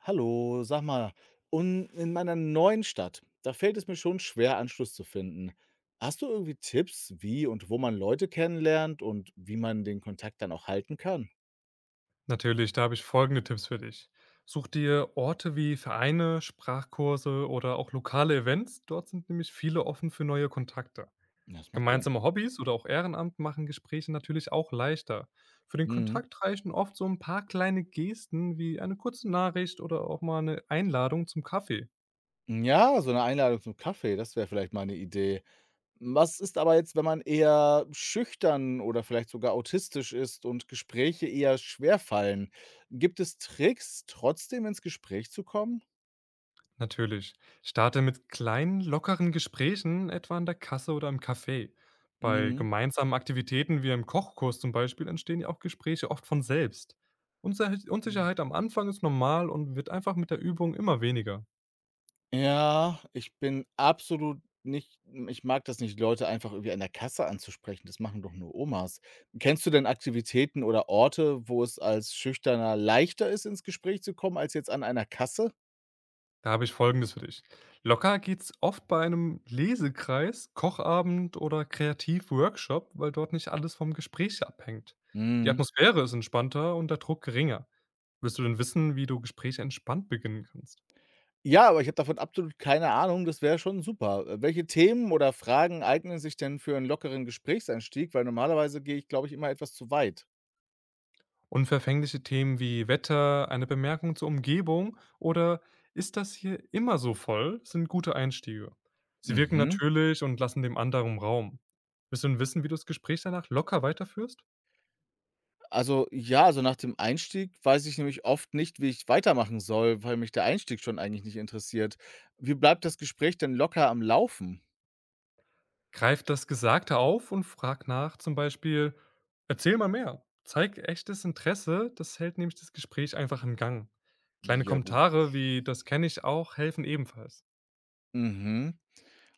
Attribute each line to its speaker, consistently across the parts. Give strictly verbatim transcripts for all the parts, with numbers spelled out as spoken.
Speaker 1: Hallo, sag mal, und in meiner neuen Stadt, da fällt es mir schon schwer, Anschluss zu finden. Hast du irgendwie Tipps, wie und wo man Leute kennenlernt und wie man den Kontakt dann auch halten kann?
Speaker 2: Natürlich, da habe ich folgende Tipps für dich. Such dir Orte wie Vereine, Sprachkurse oder auch lokale Events. Dort sind nämlich viele offen für neue Kontakte.
Speaker 1: Ja, das macht Sinn.
Speaker 2: Gemeinsame Hobbys oder auch Ehrenamt machen Gespräche natürlich auch leichter. Für den
Speaker 1: Mhm.
Speaker 2: Kontakt reichen oft so ein paar kleine Gesten wie eine kurze Nachricht oder auch mal eine Einladung zum Kaffee.
Speaker 1: Ja, so eine Einladung zum Kaffee, das wäre vielleicht mal eine Idee. Was ist aber jetzt, wenn man eher schüchtern oder vielleicht sogar autistisch ist und Gespräche eher schwer fallen? Gibt es Tricks, trotzdem ins Gespräch zu kommen?
Speaker 2: Natürlich. Starte mit kleinen, lockeren Gesprächen, etwa an der Kasse oder im Café. Bei
Speaker 1: Mhm.
Speaker 2: gemeinsamen Aktivitäten wie im Kochkurs zum Beispiel entstehen ja auch Gespräche oft von selbst. Unser- Unsicherheit am Anfang ist normal und wird einfach mit der Übung immer weniger.
Speaker 1: Ja, ich bin absolut nicht, ich mag das nicht, Leute einfach irgendwie an der Kasse anzusprechen. Das machen doch nur Omas. Kennst du denn Aktivitäten oder Orte, wo es als Schüchterner leichter ist, ins Gespräch zu kommen, als jetzt an einer Kasse?
Speaker 2: Da habe ich Folgendes für dich. Locker geht's oft bei einem Lesekreis, Kochabend oder Kreativworkshop, weil dort nicht alles vom Gespräch abhängt. Die
Speaker 1: Mhm.
Speaker 2: Atmosphäre ist entspannter und der Druck geringer. Willst du denn wissen, wie du Gespräche entspannt beginnen kannst?
Speaker 1: Ja, aber ich habe davon absolut keine Ahnung. Das wäre schon super. Äh, welche Themen oder Fragen eignen sich denn für einen lockeren Gesprächseinstieg? Weil normalerweise gehe ich, glaube ich, immer etwas zu weit.
Speaker 2: Unverfängliche Themen wie Wetter, eine Bemerkung zur Umgebung oder „Ist das hier immer so voll?“ sind gute Einstiege. Sie wirken
Speaker 1: Mhm.
Speaker 2: natürlich und lassen dem anderen Raum. Willst du denn wissen, wie du das Gespräch danach locker weiterführst?
Speaker 1: Also ja, also nach dem Einstieg weiß ich nämlich oft nicht, wie ich weitermachen soll, weil mich der Einstieg schon eigentlich nicht interessiert. Wie bleibt das Gespräch denn locker am Laufen?
Speaker 2: Greif das Gesagte auf und frag nach, zum Beispiel: „Erzähl mal mehr.“ Zeig echtes Interesse, das hält nämlich das Gespräch einfach im Gang. Kleine
Speaker 1: Ja, gut.
Speaker 2: Kommentare wie „Das kenne ich auch“ helfen ebenfalls.
Speaker 1: Mhm.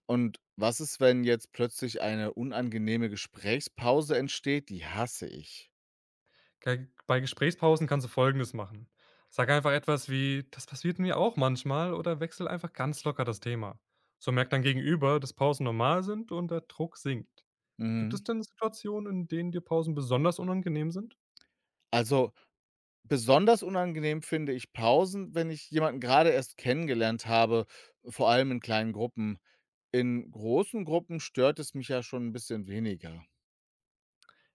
Speaker 1: Und was ist, wenn jetzt plötzlich eine unangenehme Gesprächspause entsteht? Die hasse ich.
Speaker 2: Bei bei Gesprächspausen kannst du Folgendes machen. Sag einfach etwas wie: „Das passiert mir auch manchmal“ oder wechsel einfach ganz locker das Thema. So merkt dein Gegenüber, dass Pausen normal sind und der Druck sinkt. Gibt
Speaker 1: Mhm.
Speaker 2: es denn Situationen, in denen dir Pausen besonders unangenehm sind?
Speaker 1: Also besonders unangenehm finde ich Pausen, wenn ich jemanden gerade erst kennengelernt habe, vor allem in kleinen Gruppen. In großen Gruppen stört es mich ja schon ein bisschen weniger.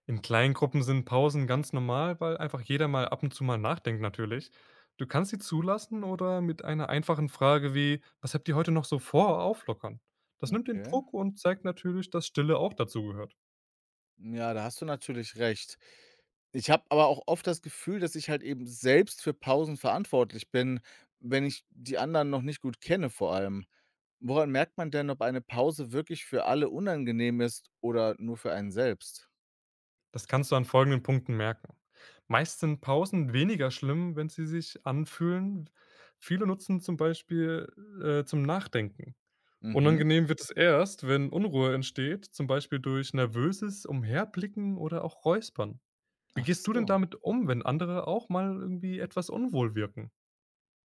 Speaker 2: In kleinen Gruppen sind Pausen ganz normal, weil einfach jeder mal ab und zu mal nachdenkt natürlich. Du kannst sie zulassen oder mit einer einfachen Frage wie: „Was habt ihr heute noch so vor?“ auflockern. Das nimmt den
Speaker 1: Okay.
Speaker 2: Druck und zeigt natürlich, dass Stille auch dazugehört.
Speaker 1: Ja, da hast du natürlich recht. Ich habe aber auch oft das Gefühl, dass ich halt eben selbst für Pausen verantwortlich bin, wenn ich die anderen noch nicht gut kenne vor allem. Woran merkt man denn, ob eine Pause wirklich für alle unangenehm ist oder nur für einen selbst?
Speaker 2: Das kannst du an folgenden Punkten merken. Meist sind Pausen weniger schlimm, wenn sie sich anfühlen. Viele nutzen zum Beispiel äh, zum Nachdenken.
Speaker 1: Mhm.
Speaker 2: Unangenehm wird es erst, wenn Unruhe entsteht, zum Beispiel durch nervöses Umherblicken oder auch Räuspern. Wie
Speaker 1: Ach
Speaker 2: gehst du denn
Speaker 1: so.
Speaker 2: damit um, wenn andere auch mal irgendwie etwas unwohl wirken?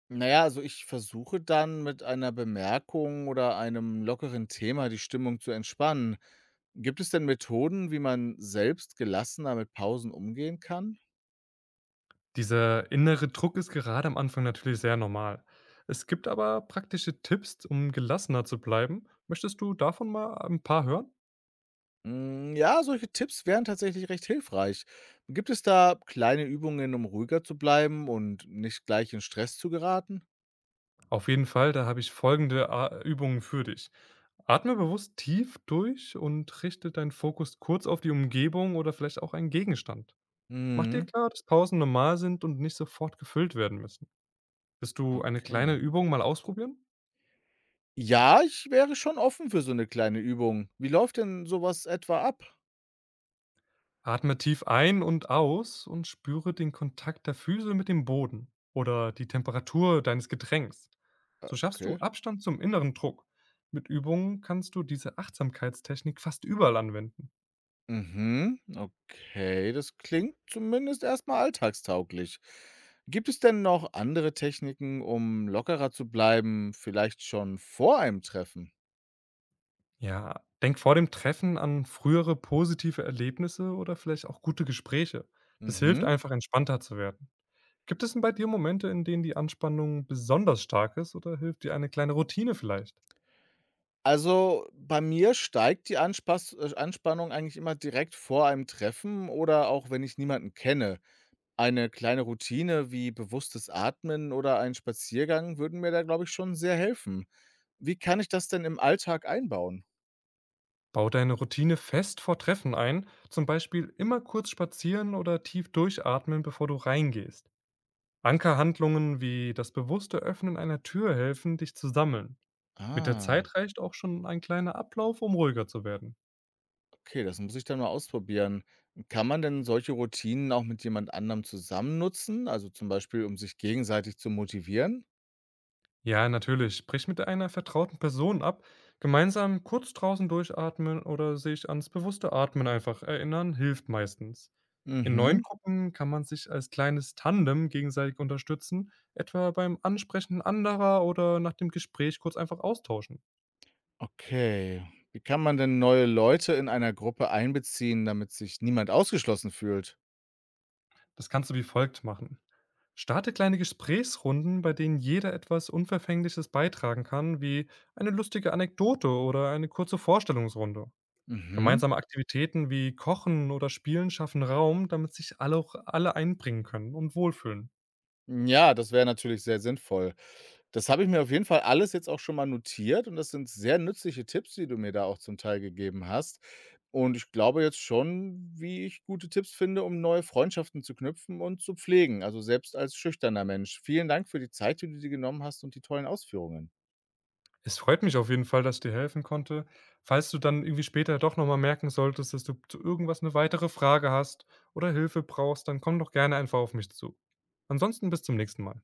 Speaker 1: Naja, also ich versuche dann mit einer Bemerkung oder einem lockeren Thema die Stimmung zu entspannen. Gibt es denn Methoden, wie man selbst gelassener mit Pausen umgehen kann?
Speaker 2: Dieser innere Druck ist gerade am Anfang natürlich sehr normal. Es gibt aber praktische Tipps, um gelassener zu bleiben. Möchtest du davon mal ein paar hören?
Speaker 1: Hm, ja, solche Tipps wären tatsächlich recht hilfreich. Gibt es da kleine Übungen, um ruhiger zu bleiben und nicht gleich in Stress zu geraten?
Speaker 2: Auf jeden Fall, da habe ich folgende A Übungen für dich. Atme bewusst tief durch und richte deinen Fokus kurz auf die Umgebung oder vielleicht auch einen Gegenstand. Mach dir
Speaker 1: Mhm.
Speaker 2: klar, dass Pausen normal sind und nicht sofort gefüllt werden müssen. Willst du eine
Speaker 1: Okay.
Speaker 2: kleine Übung mal ausprobieren?
Speaker 1: Ja, ich wäre schon offen für so eine kleine Übung. Wie läuft denn sowas etwa ab?
Speaker 2: Atme tief ein und aus und spüre den Kontakt der Füße mit dem Boden oder die Temperatur deines Getränks. So schaffst du
Speaker 1: Okay.
Speaker 2: Abstand zum inneren Druck. Mit Übungen kannst du diese Achtsamkeitstechnik fast überall anwenden.
Speaker 1: Mhm. Okay, das klingt zumindest erstmal alltagstauglich. Gibt es denn noch andere Techniken, um lockerer zu bleiben, vielleicht schon vor einem Treffen?
Speaker 2: Ja, denk vor dem Treffen an frühere positive Erlebnisse oder vielleicht auch gute Gespräche. Das hilft
Speaker 1: Mhm.
Speaker 2: einfach, entspannter zu werden. Gibt es denn bei dir Momente, in denen die Anspannung besonders stark ist, oder hilft dir eine kleine Routine vielleicht?
Speaker 1: Also, bei mir steigt die Anspass äh, Anspannung eigentlich immer direkt vor einem Treffen oder auch wenn ich niemanden kenne. Eine kleine Routine wie bewusstes Atmen oder ein Spaziergang würden mir da, glaube ich, schon sehr helfen. Wie kann ich das denn im Alltag einbauen?
Speaker 2: Bau deine Routine fest vor Treffen ein, zum Beispiel immer kurz spazieren oder tief durchatmen, bevor du reingehst. Ankerhandlungen wie das bewusste Öffnen einer Tür helfen, dich zu sammeln. Mit der
Speaker 1: Ah,
Speaker 2: Zeit reicht auch schon ein kleiner Ablauf, um ruhiger zu werden.
Speaker 1: okay, das muss ich dann mal ausprobieren. Kann man denn solche Routinen auch mit jemand anderem zusammen nutzen? Also zum Beispiel, um sich gegenseitig zu motivieren?
Speaker 2: Ja, natürlich. Sprich mit einer vertrauten Person ab. Gemeinsam kurz draußen durchatmen oder sich ans bewusste Atmen einfach erinnern, hilft meistens. In neuen
Speaker 1: Mhm.
Speaker 2: Gruppen kann man sich als kleines Tandem gegenseitig unterstützen, etwa beim Ansprechen anderer oder nach dem Gespräch kurz einfach austauschen.
Speaker 1: Okay. Wie kann man denn neue Leute in einer Gruppe einbeziehen, damit sich niemand ausgeschlossen fühlt?
Speaker 2: Das kannst du wie folgt machen. Starte kleine Gesprächsrunden, bei denen jeder etwas Unverfängliches beitragen kann, wie eine lustige Anekdote oder eine kurze Vorstellungsrunde.
Speaker 1: Mhm.
Speaker 2: Gemeinsame Aktivitäten wie Kochen oder Spielen schaffen Raum, damit sich alle auch alle einbringen können und wohlfühlen.
Speaker 1: Ja, das wäre natürlich sehr sinnvoll. Das habe ich mir auf jeden Fall alles jetzt auch schon mal notiert und das sind sehr nützliche Tipps, die du mir da auch zum Teil gegeben hast. Und ich glaube jetzt schon, wie ich gute Tipps finde, um neue Freundschaften zu knüpfen und zu pflegen, also selbst als schüchterner Mensch. Vielen Dank für die Zeit, die du dir genommen hast und die tollen Ausführungen.
Speaker 2: Es freut mich auf jeden Fall, dass ich dir helfen konnte. Falls du dann irgendwie später doch noch mal merken solltest, dass du zu irgendwas eine weitere Frage hast oder Hilfe brauchst, dann komm doch gerne einfach auf mich zu. Ansonsten bis zum nächsten Mal.